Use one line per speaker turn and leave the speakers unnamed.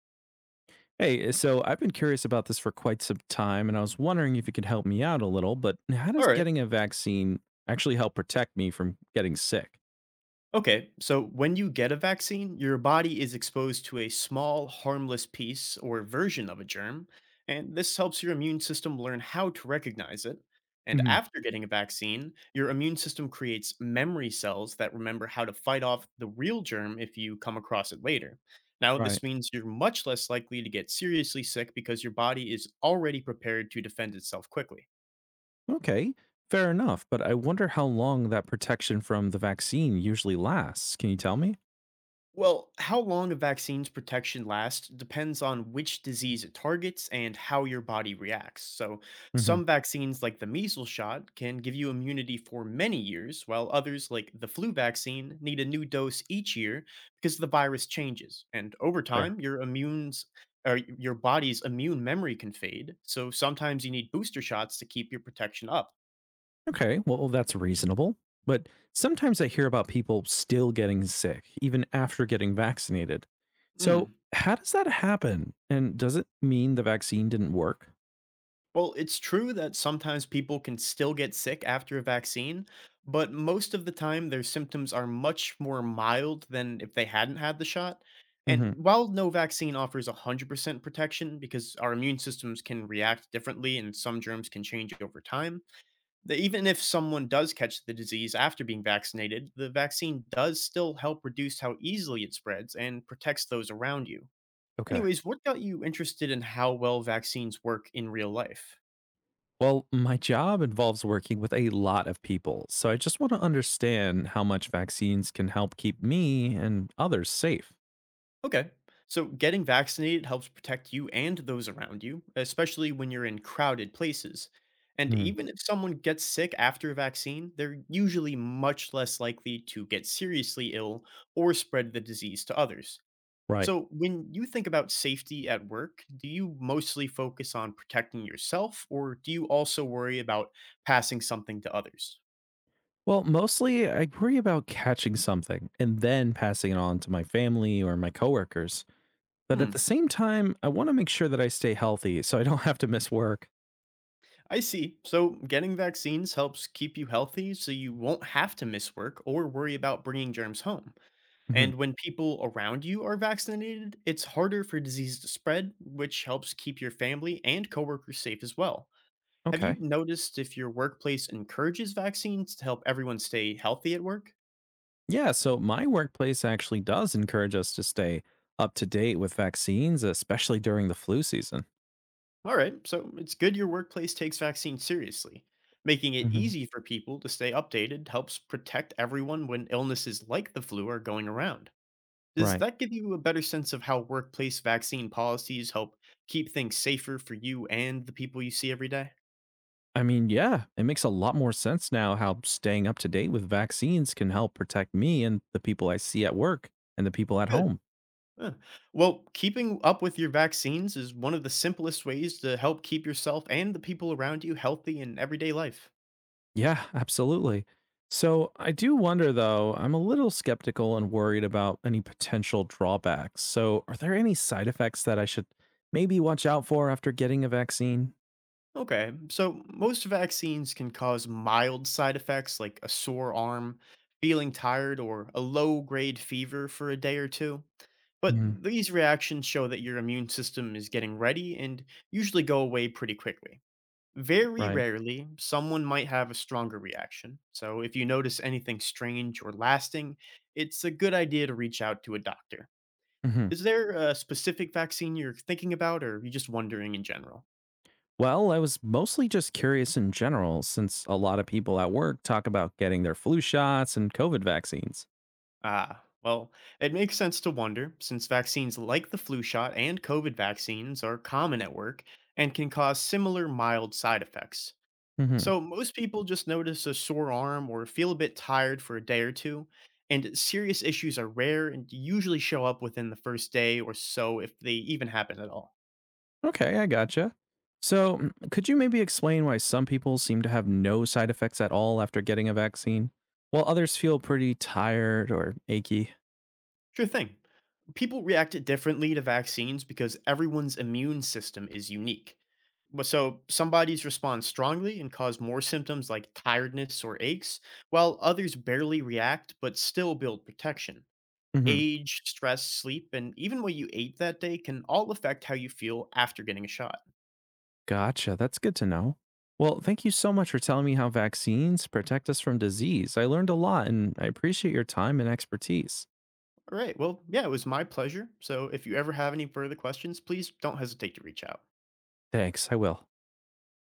Hey, so I've been curious about this for quite some time, and I was wondering if you could help me out a little. But how
All
does
right.
getting a vaccine actually help protect me from getting sick?
Okay. So when you get a vaccine, your body is exposed to a small, harmless piece or version of a germ, and this helps your immune system learn how to recognize it. And
Hmm.
after getting a vaccine, your immune system creates memory cells that remember how to fight off the real germ if you come across it later. Now, this
Right.
means you're much less likely to get seriously sick because your body is already prepared to defend itself quickly.
Okay, fair enough. But I wonder how long that protection from the vaccine usually lasts. Can you tell me?
Well, how long a vaccine's protection lasts depends on which disease it targets and how your body reacts. So,
Hmm.
some vaccines, like the measles shot, can give you immunity for many years, while others, like the flu vaccine, need a new dose each year because the virus changes. And over
Fair.
time, your body's immune memory can fade, so sometimes you need booster shots to keep your protection up.
Okay, well, that's reasonable. But sometimes I hear about people still getting sick, even after getting vaccinated. So,
Mm.
how does that happen? And does it mean the vaccine didn't work?
Well, it's true that sometimes people can still get sick after a vaccine, but most of the time their symptoms are much more mild than if they hadn't had the shot. And
Hmm.
while no vaccine offers 100% protection because our immune systems can react differently and some germs can change over time, that even if someone does catch the disease after being vaccinated, the vaccine does still help reduce how easily it spreads and protects those around you.
Okay.
Anyways, what got you interested in how well vaccines work in real life?
Well, my job involves working with a lot of people, so I just want to understand how much vaccines can help keep me and others safe.
Okay. So getting vaccinated helps protect you and those around you, especially when you're in crowded places. And
Hmm.
even if someone gets sick after a vaccine, they're usually much less likely to get seriously ill or spread the disease to others.
Right.
So, when you think about safety at work, do you mostly focus on protecting yourself or do you also worry about passing something to others?
Well, mostly I worry about catching something and then passing it on to my family or my coworkers. But at the
Hmm.
same time, I want to make sure that I stay healthy so I don't have to miss work.
I see. So, getting vaccines helps keep you healthy so you won't have to miss work or worry about bringing germs home.
Mhm.
And when people around you are vaccinated, it's harder for disease to spread, which helps keep your family and coworkers safe as well. Have you
Okay.
noticed if your workplace encourages vaccines to help everyone stay healthy at work?
Yeah, so my workplace actually does encourage us to stay up to date with vaccines, especially during the flu season.
All right, so it's good your workplace takes vaccines seriously. Making it
Mhm.
easy for people to stay updated helps protect everyone when illnesses like the flu are going around. Does
Right.
that give you a better sense of how workplace vaccine policies help keep things safer for you and the people you see every day?
I mean, yeah, it makes a lot more sense now how staying up to date with vaccines can help protect me and the people I see at work and the people at
Good.
home.
Huh. Well, keeping up with your vaccines is one of the simplest ways to help keep yourself and the people around you healthy in everyday life.
Yeah, absolutely. So I do wonder, though, I'm a little skeptical and worried about any potential drawbacks. So, are there any side effects that I should maybe watch out for after getting a vaccine?
Okay, so most vaccines can cause mild side effects like a sore arm, feeling tired, or a low grade fever for a day or two. But
Mhm.
these reactions show that your immune system is getting ready and usually go away pretty quickly. Very
Right.
rarely, someone might have a stronger reaction. So, if you notice anything strange or lasting, it's a good idea to reach out to a doctor.
Hmm.
Is there a specific vaccine you're thinking about, or are you just wondering in general?
Well, I was mostly just curious in general, since a lot of people at work talk about getting their flu shots and COVID vaccines.
Ah, well, it makes sense to wonder since vaccines like the flu shot and COVID vaccines are common at work and can cause similar mild side effects.
Mhm.
So, most people just notice a sore arm or feel a bit tired for a day or two, and serious issues are rare and usually show up within the first day or so if they even happen at all.
Okay, I gotcha. So, could you maybe explain why some people seem to have no side effects at all after getting a vaccine, while others feel pretty tired or achy?
Sure thing. People react differently to vaccines because everyone's immune system is unique. But so some bodies respond strongly and cause more symptoms like tiredness or aches, while others barely react but still build protection.
Hmm.
Age, stress, sleep, and even what you ate that day can all affect how you feel after getting a shot.
Gotcha. That's good to know. Well, thank you so much for telling me how vaccines protect us from disease. I learned a lot and I appreciate your time and expertise.
All right. Well, yeah, it was my pleasure. So if you ever have any further questions, please don't hesitate to reach out.
Thanks. I will.